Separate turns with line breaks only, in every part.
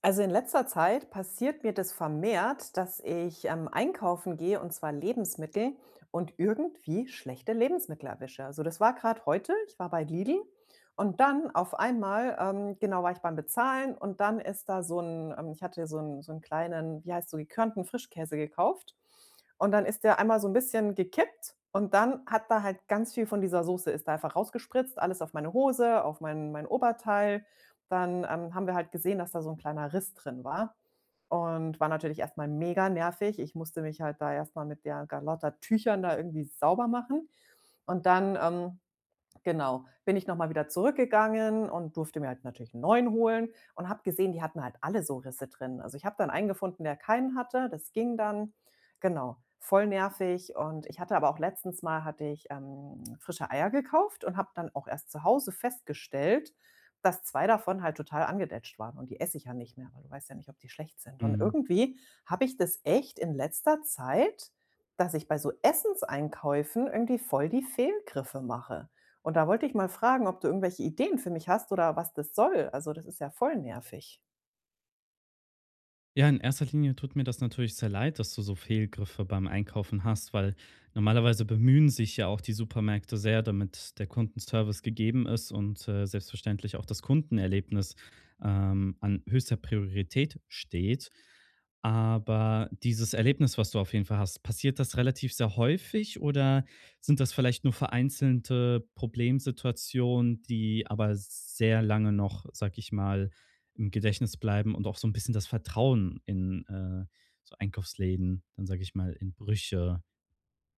Also in letzter Zeit passiert mir das vermehrt, dass ich einkaufen gehe und zwar Lebensmittel und irgendwie schlechte Lebensmittel erwische. Also, das war gerade heute, ich war bei Lidl und dann auf einmal, genau, war ich beim Bezahlen und dann ist da ich hatte so einen kleinen, wie heißt so, gekörnten Frischkäse gekauft und dann ist der einmal so ein bisschen gekippt und dann hat da halt ganz viel von dieser Soße, ist da einfach rausgespritzt, alles auf meine Hose, auf mein Oberteil. Dann, haben wir halt gesehen, dass da so ein kleiner Riss drin war und war natürlich erstmal mega nervig. Ich musste mich halt da erstmal mit der ga Tüchern da irgendwie sauber machen und dann, genau, bin ich noch mal wieder zurückgegangen und durfte mir halt natürlich einen neuen holen und habe gesehen, die hatten halt alle so Risse drin. Also, ich habe dann einen gefunden, der keinen hatte, das ging dann. Genau, voll nervig. Und ich hatte aber auch letztens mal hatte ich, frische Eier gekauft und habe dann auch erst zu Hause festgestellt, dass 2 davon halt total angedetscht waren und die esse ich ja nicht mehr, weil du weißt ja nicht, ob die schlecht sind. Und
Mhm.
irgendwie habe ich das echt in letzter Zeit, dass ich bei so Essenseinkäufen irgendwie voll die Fehlgriffe mache. Und da wollte ich mal fragen, ob du irgendwelche Ideen für mich hast oder was das soll. Also, das ist ja voll nervig.
Ja, in erster Linie tut mir das natürlich sehr leid, dass du so Fehlgriffe beim Einkaufen hast, weil normalerweise bemühen sich ja auch die Supermärkte sehr, damit der Kundenservice gegeben ist und selbstverständlich auch das Kundenerlebnis an höchster Priorität steht. Aber dieses Erlebnis, was du auf jeden Fall hast, passiert das relativ sehr häufig oder sind das vielleicht nur vereinzelte Problemsituationen, die aber sehr lange noch, sag ich mal, im Gedächtnis bleiben und auch so ein bisschen das Vertrauen in so Einkaufsläden, dann sage ich mal, in Brüche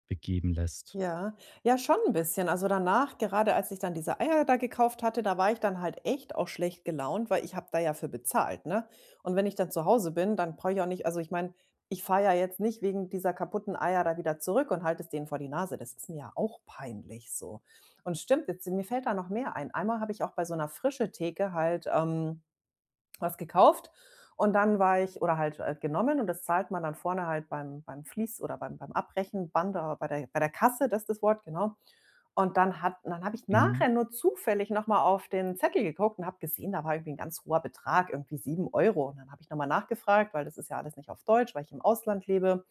begeben lässt.
Ja, ja, schon ein bisschen. Also, danach, gerade als ich dann diese Eier da gekauft hatte, da war ich dann halt echt auch schlecht gelaunt, weil ich habe da ja für bezahlt, ne? Und wenn ich dann zu Hause bin, dann brauche ich auch nicht, also, ich meine, ich fahre ja jetzt nicht wegen dieser kaputten Eier da wieder zurück und halte es denen vor die Nase. Das ist mir ja auch peinlich so. Und stimmt, jetzt mir fällt da noch mehr ein. Einmal habe ich auch bei so einer 'ner Theke halt, was gekauft und dann war ich oder halt, genommen und das zahlt man dann vorne halt beim Fließ oder beim Abbrechenband oder bei der Kasse, das ist das Wort, genau. Und dann habe ich
Mhm,
nachher nur zufällig noch mal auf den Zettel geguckt und habe gesehen, da war irgendwie ein ganz hoher Betrag, irgendwie 7 €. Und dann habe ich noch mal nachgefragt, weil das ist ja alles nicht auf Deutsch, weil ich im Ausland lebe.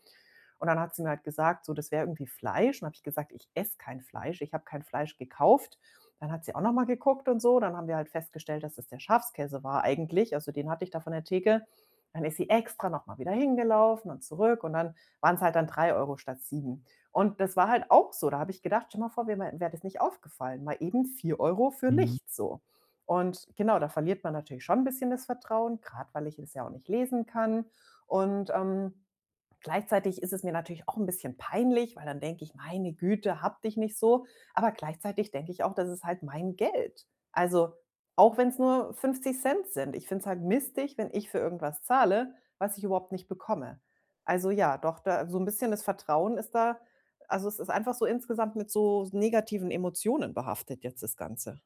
Und dann hat sie mir halt gesagt, so, das wäre irgendwie Fleisch. Und habe ich gesagt, ich esse kein Fleisch, ich habe kein Fleisch gekauft. Dann hat sie auch nochmal geguckt und so. Dann haben wir halt festgestellt, dass es der Schafskäse war eigentlich. Also, den hatte ich da von der Theke. Dann ist sie extra nochmal wieder hingelaufen und zurück. Und dann waren es halt dann 3 € statt sieben. Und das war halt auch so. Da habe ich gedacht, stell mal vor, mir wäre das nicht aufgefallen. Mal eben 4 € für
mhm.
nichts so. Und genau, da verliert man natürlich schon ein bisschen das Vertrauen, gerade weil ich es ja auch nicht lesen kann. Und gleichzeitig ist es mir natürlich auch ein bisschen peinlich, weil dann denke ich: „Meine Güte, hab dich nicht so." Aber gleichzeitig denke ich auch, das ist halt mein Geld. Also, auch wenn es nur 50 Cent sind. Ich finde es halt mistig, wenn ich für irgendwas zahle, was ich überhaupt nicht bekomme. Also, ja, doch, da so ein bisschen, das Vertrauen ist da, also, es ist einfach so insgesamt mit so negativen Emotionen behaftet jetzt das Ganze.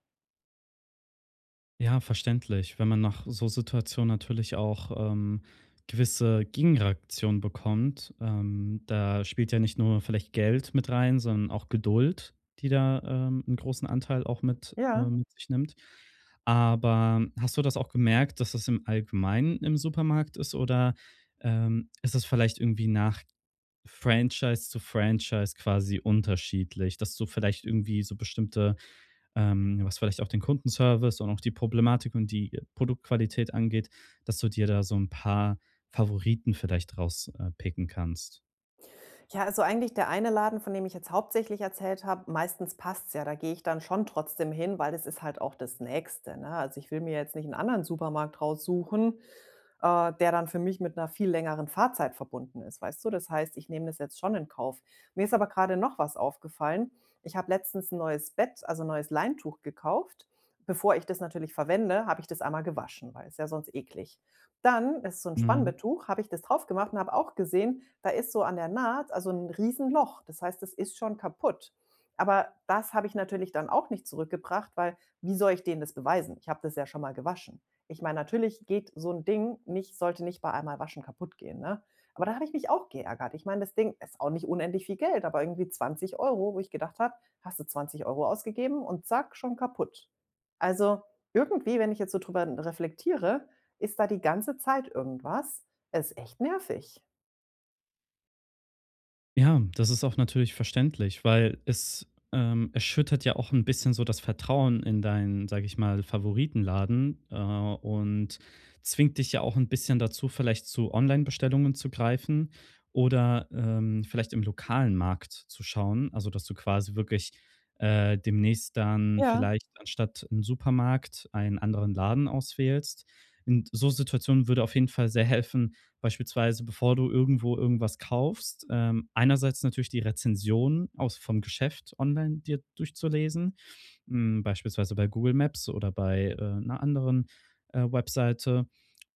Ja, verständlich. Wenn man nach so Situationen natürlich auch gewisse Gegenreaktionen bekommt, da spielt ja nicht nur vielleicht Geld mit rein, sondern auch Geduld, die da einen großen Anteil auch
Ja.
mit sich nimmt. Aber hast du das auch gemerkt, dass das im Allgemeinen im Supermarkt ist oder ist es vielleicht irgendwie nach Franchise zu Franchise quasi unterschiedlich, dass du vielleicht irgendwie so bestimmte, was vielleicht auch den Kundenservice und auch die Problematik und die Produktqualität angeht, dass du dir da so ein paar Favoriten vielleicht rauspicken picken kannst.
Ja, also eigentlich der eine Laden, von dem ich jetzt hauptsächlich erzählt habe, meistens passt's ja. Da gehe ich dann schon trotzdem hin, weil das ist halt auch das Nächste, ne? Also, ich will mir jetzt nicht einen anderen Supermarkt raussuchen, der dann für mich mit einer viel längeren Fahrzeit verbunden ist, weißt du? Das heißt, ich nehme das jetzt schon in Kauf. Mir ist aber gerade noch was aufgefallen. Ich habe letztens ein neues Bett, also, ein neues Leintuch gekauft. Bevor ich das natürlich verwende, habe ich das einmal gewaschen, weil es ja sonst eklig. Dann ist so ein Spannbetttuch, habe ich das drauf gemacht und habe auch gesehen, da ist so an der Naht, also, 'n Riesenloch. Das heißt, das ist schon kaputt. Aber das habe ich natürlich dann auch nicht zurückgebracht, weil wie soll ich denen das beweisen? Ich habe das ja schon mal gewaschen. Ich meine, natürlich geht so 'n Ding nicht sollte nicht bei einmal waschen kaputt gehen, ne? Aber da habe ich mich auch geärgert. Ich meine, das Ding ist auch nicht unendlich viel Geld, aber irgendwie 20 Euro, wo ich gedacht habe: „Hast du 20 € ausgegeben und zack, schon kaputt." Also, irgendwie, wenn ich jetzt so drüber reflektiere, ist da die ganze Zeit irgendwas. Ist echt nervig.
Ja, das ist auch natürlich verständlich, weil es erschüttert ja auch ein bisschen so das Vertrauen in deinen, sage ich mal, Favoritenladen, und zwingt dich ja auch ein bisschen dazu, vielleicht zu Online-Bestellungen zu greifen oder vielleicht im lokalen Markt zu schauen. Also, dass du quasi wirklich demnächst dann
Ja,
vielleicht anstatt einen Supermarkt einen anderen Laden auswählst. In so Situationen würde auf jeden Fall sehr helfen, beispielsweise, bevor du irgendwo irgendwas kaufst, einerseits natürlich die Rezensionen aus vom Geschäft online dir durchzulesen, beispielsweise bei Google Maps oder bei 'ner anderen, Webseite.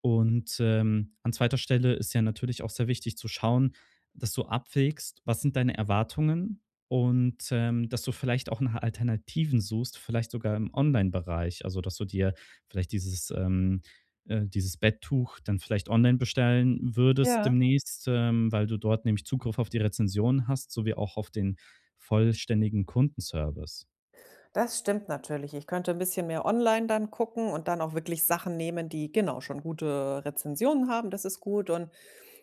Und an zweiter Stelle ist ja natürlich auch sehr wichtig zu schauen, dass du abwägst, was sind deine Erwartungen und dass du vielleicht auch nach Alternativen suchst, vielleicht sogar im Online-Bereich. Also, dass du dir vielleicht dieses Betttuch dann vielleicht online bestellen würdest
ja.
demnächst, weil du dort nämlich Zugriff auf die Rezensionen hast, sowie auch auf den vollständigen Kundenservice.
Das stimmt natürlich. Ich könnte ein bisschen mehr online dann gucken und dann auch wirklich Sachen nehmen, die genau schon gute Rezensionen haben. Das ist gut, und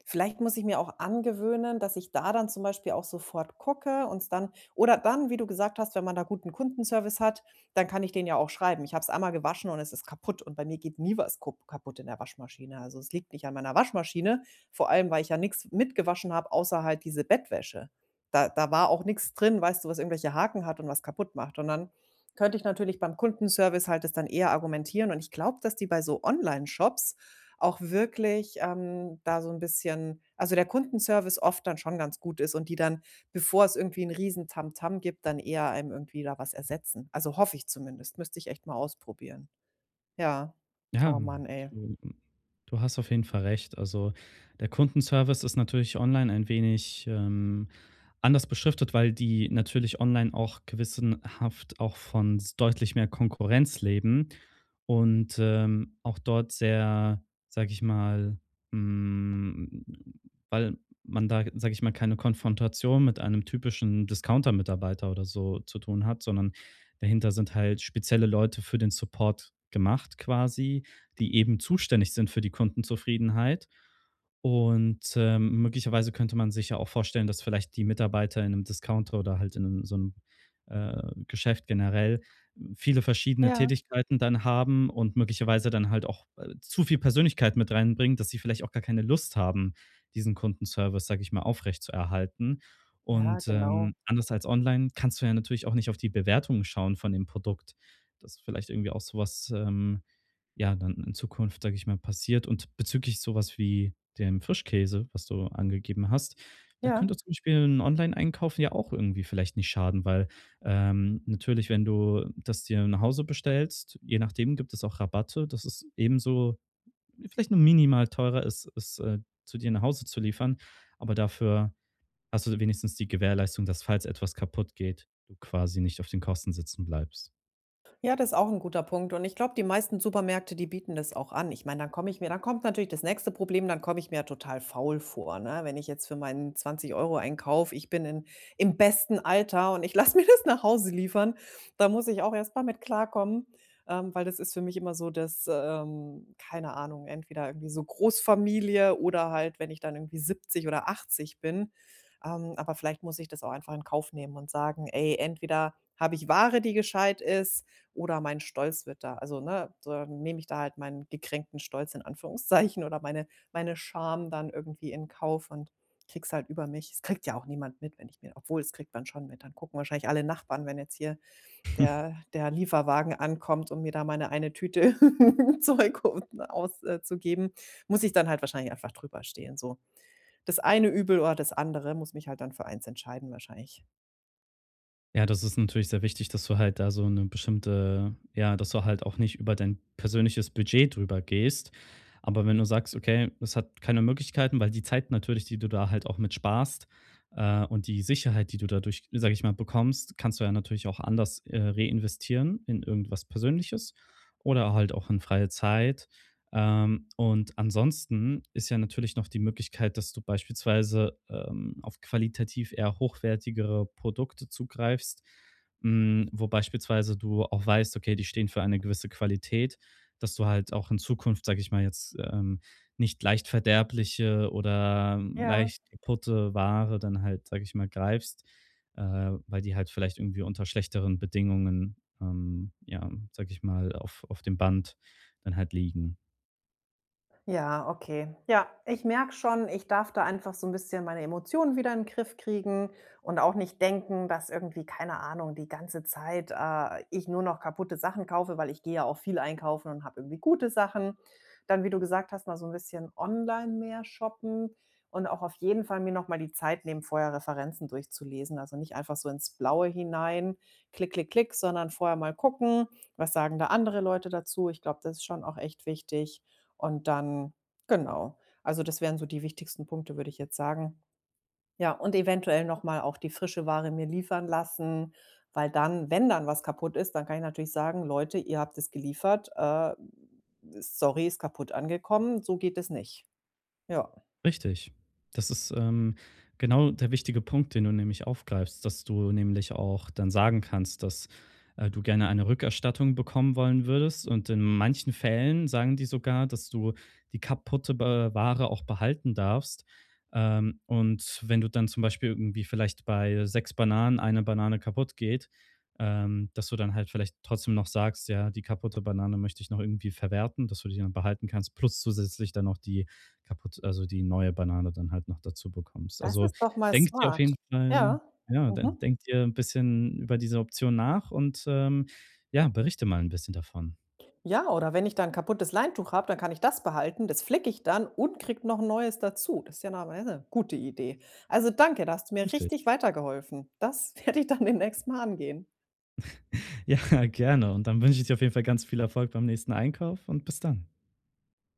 vielleicht muss ich mir auch angewöhnen, dass ich da dann zum Beispiel auch sofort gucke und dann oder dann, wie du gesagt hast, wenn man da guten Kundenservice hat, dann kann ich den ja auch schreiben: „Ich habe es einmal gewaschen und es ist kaputt." Und bei mir geht nie was kup kaputt in der Waschmaschine. Also, es liegt nicht an meiner Waschmaschine, vor allem, weil ich ja nichts mitgewaschen habe, außer halt diese Bettwäsche. Da war auch nichts drin, weißt du, was irgendwelche Haken hat und was kaputt macht. Und dann könnte ich natürlich beim Kundenservice halt es dann eher argumentieren und ich glaube, dass die bei so Online-Shops auch wirklich, da so ein bisschen, also, der Kundenservice oft dann schon ganz gut ist und die dann, bevor es irgendwie ein riesen Tamtam gibt, dann eher einem irgendwie da was ersetzen. Also, hoffe ich zumindest. Müsste ich echt mal ausprobieren. Ja.
Ja,
Oh Mann, ey.
du du hast auf jeden Fall recht. Also, der Kundenservice ist natürlich online ein wenig anders beschriftet, weil die natürlich online auch gewissenhaft auch von s deutlich mehr Konkurrenz leben und auch dort sehr, sage ich mal, hm, weil man da, sage ich mal, keine Konfrontation mit einem typischen Discounter-Mitarbeiter oder so zu tun hat, sondern dahinter sind halt spezielle Leute für den Support gemacht quasi, die eben zuständig sind für die Kundenzufriedenheit. Und möglicherweise könnte man sich ja auch vorstellen, dass vielleicht die Mitarbeiter in einem Discounter oder halt in 'nem so einem Geschäft generell viele verschiedene
Ja.
Tätigkeiten dann haben und möglicherweise dann halt auch zu viel Persönlichkeit mit reinbringen, dass sie vielleicht auch gar keine Lust haben, diesen Kundenservice, sage ich mal, aufrechtzuerhalten.
Ja,
Und,
genau.
ähm, anders als online kannst du ja natürlich auch nicht auf die Bewertungen schauen von dem Produkt. Das ist vielleicht irgendwie auch sowas, ja, dann in Zukunft, sage ich mal, passiert. Und bezüglich sowas wie dem Frischkäse, was du angegeben hast, da
Ja.
könnte zum Beispiel ein Online-Einkaufen ja auch irgendwie vielleicht nicht schaden, weil natürlich, wenn du das dir nach Hause bestellst, je nachdem gibt es auch Rabatte, dass es ebenso vielleicht nur minimal teurer ist, zu dir nach Hause zu liefern, aber dafür hast du wenigstens die Gewährleistung, dass falls etwas kaputt geht, du quasi nicht auf den Kosten sitzen bleibst.
Ja, das ist auch ein guter Punkt und ich glaube, die meisten Supermärkte, die bieten das auch an. Ich meine, dann komme ich mir dann kommt natürlich das nächste Problem, dann komme ich mir ja total faul vor, ne? Wenn ich jetzt für meinen 20 € Einkauf, ich bin in im besten Alter und ich lasse mir das nach Hause liefern. Da muss ich auch erst mal mit klarkommen, weil das ist für mich immer so, dass keine Ahnung, entweder irgendwie so Großfamilie oder halt, wenn ich dann irgendwie 70 oder 80 bin. Aber vielleicht muss ich das auch einfach in Kauf nehmen und sagen: „Ey, entweder habe ich Ware, die gescheit ist" oder mein Stolz wird da, also, ne, da nehme ich da halt meinen gekränkten Stolz in Anführungszeichen oder meine Scham dann irgendwie in Kauf und kriegs halt über mich. Es kriegt ja auch niemand mit, wenn ich mir obwohl, es kriegt man schon mit. Dann gucken wahrscheinlich alle Nachbarn, wenn jetzt hier der Lieferwagen ankommt, um mir da meine eine Tüte Zeug auszugeben, muss ich dann halt wahrscheinlich einfach drüber stehen, so. Das eine Übel oder das andere, muss mich halt dann für eins entscheiden wahrscheinlich.
Ja, das ist natürlich sehr wichtig, dass du halt da so eine bestimmte, ja, dass du halt auch nicht über dein persönliches Budget drüber gehst. Aber wenn du sagst: „Okay, das hat keine Möglichkeiten“, weil die Zeit natürlich, die du da halt auch mit sparst, und die Sicherheit, die du dadurch, sage ich mal, bekommst, kannst du ja natürlich auch anders reinvestieren in irgendwas Persönliches oder halt auch in freie Zeit. Und ansonsten ist ja natürlich noch die Möglichkeit, dass du beispielsweise, auf qualitativ eher hochwertigere Produkte zugreifst, wo beispielsweise du auch weißt, okay, die stehen für eine gewisse Qualität, dass du halt auch in Zukunft, sage ich mal jetzt, nicht leicht verderbliche oder
Ja.
leicht kaputte Ware dann halt, sage ich mal, greifst, äh, weil die halt vielleicht irgendwie unter schlechteren Bedingungen, ja, sage ich mal, auf dem Band dann halt liegen.
Ja, okay. Ja, ich merke schon, ich darf da einfach so ein bisschen meine Emotionen wieder in den Griff kriegen und auch nicht denken, dass irgendwie, keine Ahnung, die ganze Zeit, ich nur noch kaputte Sachen kaufe, weil ich gehe ja auch viel einkaufen und habe irgendwie gute Sachen. Dann, wie du gesagt hast, mal so ein bisschen online mehr shoppen und auch auf jeden Fall mir noch mal die Zeit nehmen, vorher Referenzen durchzulesen. Also, nicht einfach so ins Blaue hinein, klick, klick, klick, sondern vorher mal gucken, was sagen da andere Leute dazu. Ich glaube, das ist schon auch echt wichtig. Und dann genau. Also, das wären so die wichtigsten Punkte, würde ich jetzt sagen. Ja, und eventuell noch mal auch die frische Ware mir liefern lassen, weil dann, wenn dann was kaputt ist, dann kann ich natürlich sagen: „Leute, ihr habt es geliefert, sorry, ist kaputt angekommen, so geht es nicht." Ja,
Richtig. Das ist, genau der wichtige Punkt, den du nämlich aufgreifst, dass du nämlich auch dann sagen kannst, dass du gerne eine Rückerstattung bekommen wollen würdest und in manchen Fällen sagen die sogar, dass du die kaputte ba Ware auch behalten darfst. Und wenn du dann zum Beispiel irgendwie vielleicht bei 6 Bananen eine Banane kaputt geht, dass du dann halt vielleicht trotzdem noch sagst: „Ja, die kaputte Banane möchte ich noch irgendwie verwerten“, dass du die dann behalten kannst, plus zusätzlich dann noch die kaputt also die neue Banane dann halt noch dazu bekommst.
das
Also,
ist doch mal
denk dir auf jeden
smart.
Fall,
Ja.
ja, de
Mhm.
denk dir ein bisschen über diese Option nach, und ja, berichte mal ein bisschen davon.
Ja, oder wenn ich dann 'n kaputtes Leintuch habe, dann kann ich das behalten. Das flicke ich dann und kriege noch 'n neues dazu. Das ist ja eine gute Idee. Also, danke, da hast du mir
Richtig.
richtig weitergeholfen. Das werde ich dann demnächst mal angehen.
Ja, gerne und dann wünsche ich dir auf jeden Fall ganz viel Erfolg beim nächsten Einkauf und bis dann.